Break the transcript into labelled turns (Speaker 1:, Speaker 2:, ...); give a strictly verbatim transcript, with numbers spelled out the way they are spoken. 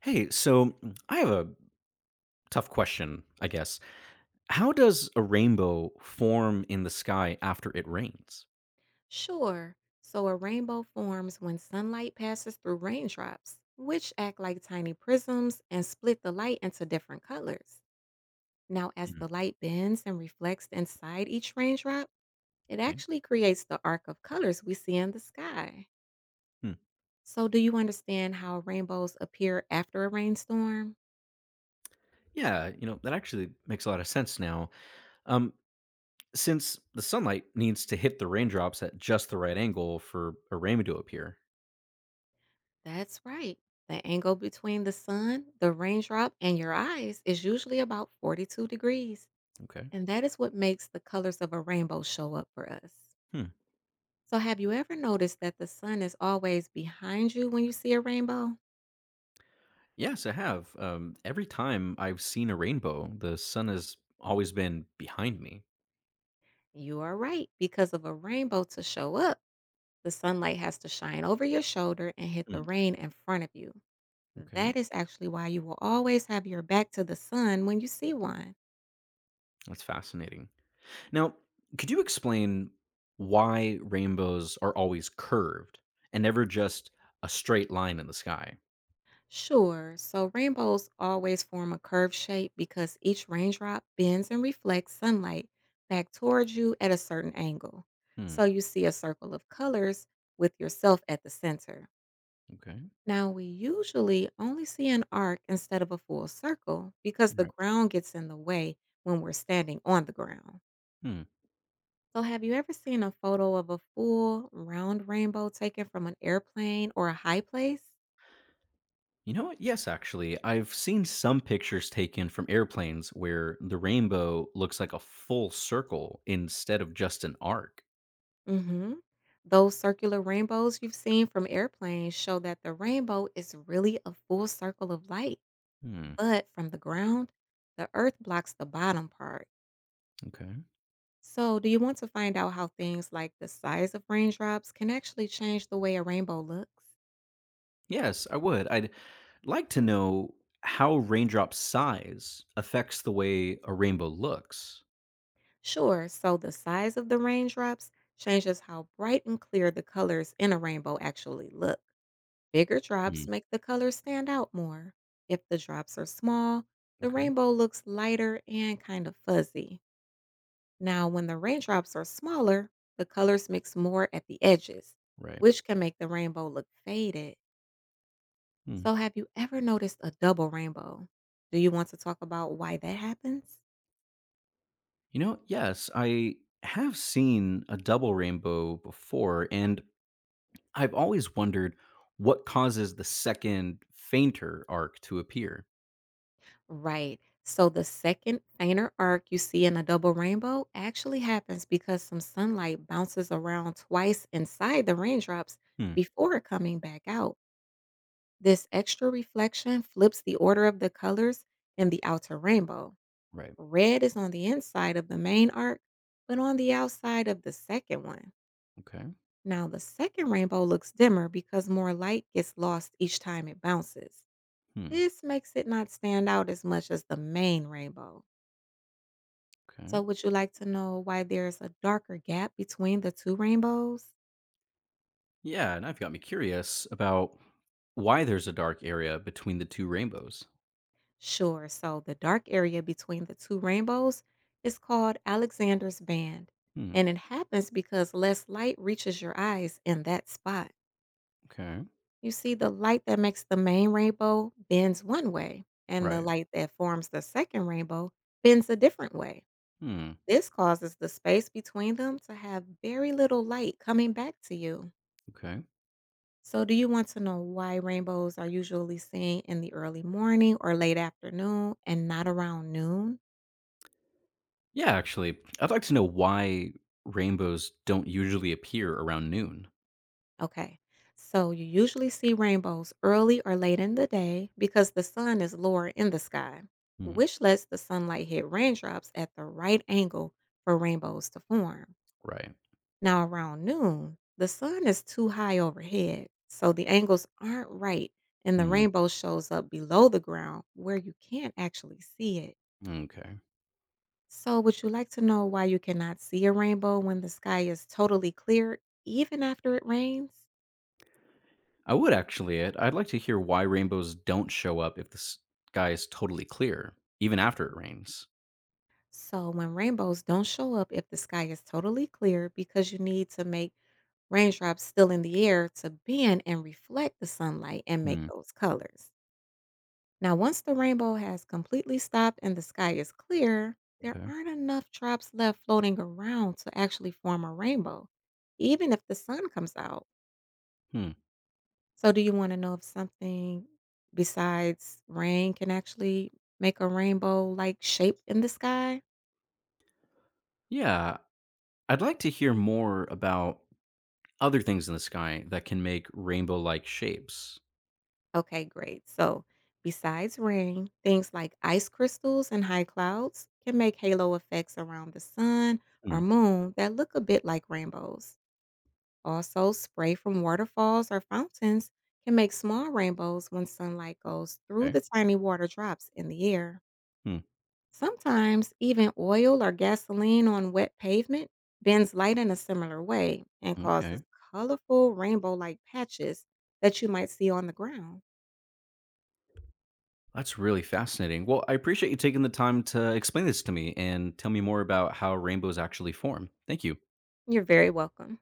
Speaker 1: Hey, so mm, I have a tough question, I guess. How does a rainbow form in the sky after it rains?
Speaker 2: Sure. So a rainbow forms when sunlight passes through raindrops, which act like tiny prisms and split the light into different colors. Now, as
Speaker 1: Mhm.
Speaker 2: the light bends and reflects inside each raindrop, it
Speaker 1: Okay.
Speaker 2: actually creates the arc of colors we see in the sky.
Speaker 1: Hmm.
Speaker 2: So, do you understand how rainbows appear after a rainstorm?
Speaker 1: Yeah, you know, that actually makes a lot of sense now. Um, since the sunlight needs to hit the raindrops at just the right angle for a rainbow to appear.
Speaker 2: That's right. The angle between the sun, the raindrop, and your eyes is usually about forty-two degrees.
Speaker 1: Okay.
Speaker 2: And that is what makes the colors of a rainbow show up for us.
Speaker 1: Hmm.
Speaker 2: So, have you ever noticed that the sun is always behind you when you see a rainbow?
Speaker 1: Yes, I have. Um, every time I've seen a rainbow, the sun has always been behind me.
Speaker 2: You are right. Because of a rainbow to show up, the sunlight has to shine over your shoulder and hit the
Speaker 1: Hmm.
Speaker 2: rain in front of you.
Speaker 1: Okay,
Speaker 2: That is actually why you will always have your back to the sun when you see one.
Speaker 1: that's fascinating. Now, could you explain why rainbows are always curved and never just a straight line in the sky?
Speaker 2: Sure. So rainbows always form a curved shape because each raindrop bends and reflects sunlight back towards you at a certain angle.
Speaker 1: Hmm.
Speaker 2: So you see a circle of colors with yourself at the center.
Speaker 1: Okay.
Speaker 2: Now, we usually only see an arc instead of a full circle because the
Speaker 1: Right.
Speaker 2: ground gets in the way when we're standing on the ground.
Speaker 1: Hmm.
Speaker 2: So, have you ever seen a photo of a full round rainbow taken from an airplane or a high place?
Speaker 1: You know what? Yes, actually, I've seen some pictures taken from airplanes where the rainbow looks like a full circle instead of just an arc.
Speaker 2: Hmm. Those circular rainbows you've seen from airplanes show that the rainbow is really a full circle of light,
Speaker 1: Hmm.
Speaker 2: but from the ground, the earth blocks the bottom part.
Speaker 1: Okay.
Speaker 2: So, do you want to find out how things like the size of raindrops can actually change the way a rainbow looks?
Speaker 1: Yes, I would. I'd like to know how raindrop size affects the way a rainbow looks.
Speaker 2: Sure. So, the size of the raindrops changes how bright and clear the colors in a rainbow actually look. Bigger
Speaker 1: Mm.
Speaker 2: drops make the colors stand out more. If the drops are small, the
Speaker 1: Okay.
Speaker 2: rainbow looks lighter and kind of fuzzy. Now, when the raindrops are smaller, the colors mix more at the edges,
Speaker 1: Right.
Speaker 2: which can make the rainbow look faded.
Speaker 1: Hmm.
Speaker 2: So, have you ever noticed a double rainbow? Do you want to talk about why that happens?
Speaker 1: You know, yes, I have seen a double rainbow before, and I've always wondered what causes the second, fainter arc to appear.
Speaker 2: Right. So the second fainter arc you see in a double rainbow actually happens because some sunlight bounces around twice inside the raindrops
Speaker 1: Hmm.
Speaker 2: before coming back out. This extra reflection flips the order of the colors in the outer rainbow.
Speaker 1: Right.
Speaker 2: Red is on the inside of the main arc, but on the outside of the second one.
Speaker 1: Okay.
Speaker 2: Now, the second rainbow looks dimmer because more light gets lost each time it bounces.
Speaker 1: Hmm.
Speaker 2: This makes it not stand out as much as the main rainbow.
Speaker 1: Okay.
Speaker 2: So, would you like to know why there's a darker gap between the two rainbows?
Speaker 1: Yeah, and I've got me curious about why there's a dark area between the two rainbows.
Speaker 2: Sure. So, the dark area between the two rainbows is called Alexander's Band,
Speaker 1: Hmm.
Speaker 2: and it happens because less light reaches your eyes in that spot.
Speaker 1: Okay.
Speaker 2: You see, the light that makes the main rainbow bends one way, and the
Speaker 1: Right.
Speaker 2: light that forms the second rainbow bends a different way.
Speaker 1: Hmm.
Speaker 2: This causes the space between them to have very little light coming back to you.
Speaker 1: Okay.
Speaker 2: So, do you want to know why rainbows are usually seen in the early morning or late afternoon and not around noon?
Speaker 1: Yeah, actually, I'd like to know why rainbows don't usually appear around noon.
Speaker 2: Okay. So, you usually see rainbows early or late in the day because the sun is lower in the sky,
Speaker 1: Hmm.
Speaker 2: which lets the sunlight hit raindrops at the right angle for rainbows to form.
Speaker 1: Right.
Speaker 2: Now, around noon, the sun is too high overhead, so the angles aren't right and the
Speaker 1: Hmm.
Speaker 2: rainbow shows up below the ground where you can't actually see it.
Speaker 1: Okay.
Speaker 2: So, would you like to know why you cannot see a rainbow when the sky is totally clear, even after it rains?
Speaker 1: I would actually. It. I'd like to hear why rainbows don't show up if the sky is totally clear, even after it rains.
Speaker 2: So, when rainbows don't show up if the sky is totally clear, because you need to make raindrops still in the air to bend and reflect the sunlight and make
Speaker 1: Hmm.
Speaker 2: those colors. Now, once the rainbow has completely stopped and the sky is clear, there
Speaker 1: Okay.
Speaker 2: aren't enough drops left floating around to actually form a rainbow, even if the sun comes out.
Speaker 1: Hmm.
Speaker 2: So do you wanna know if something besides rain can actually make a rainbow-like shape in the sky?
Speaker 1: Yeah, I'd like to hear more about other things in the sky that can make rainbow-like shapes.
Speaker 2: Okay, great. So, besides rain, things like ice crystals and high clouds can make halo effects around the sun
Speaker 1: Hmm.
Speaker 2: or moon that look a bit like rainbows. Also, spray from waterfalls or fountains can make small rainbows when sunlight goes through
Speaker 1: Okay.
Speaker 2: the tiny water drops in the air.
Speaker 1: Hmm.
Speaker 2: Sometimes even oil or gasoline on wet pavement bends light in a similar way and causes
Speaker 1: Okay.
Speaker 2: colorful rainbow like patches that you might see on the ground.
Speaker 1: That's really fascinating. Well, I appreciate you taking the time to explain this to me and tell me more about how rainbows actually form. Thank you.
Speaker 2: You're very welcome.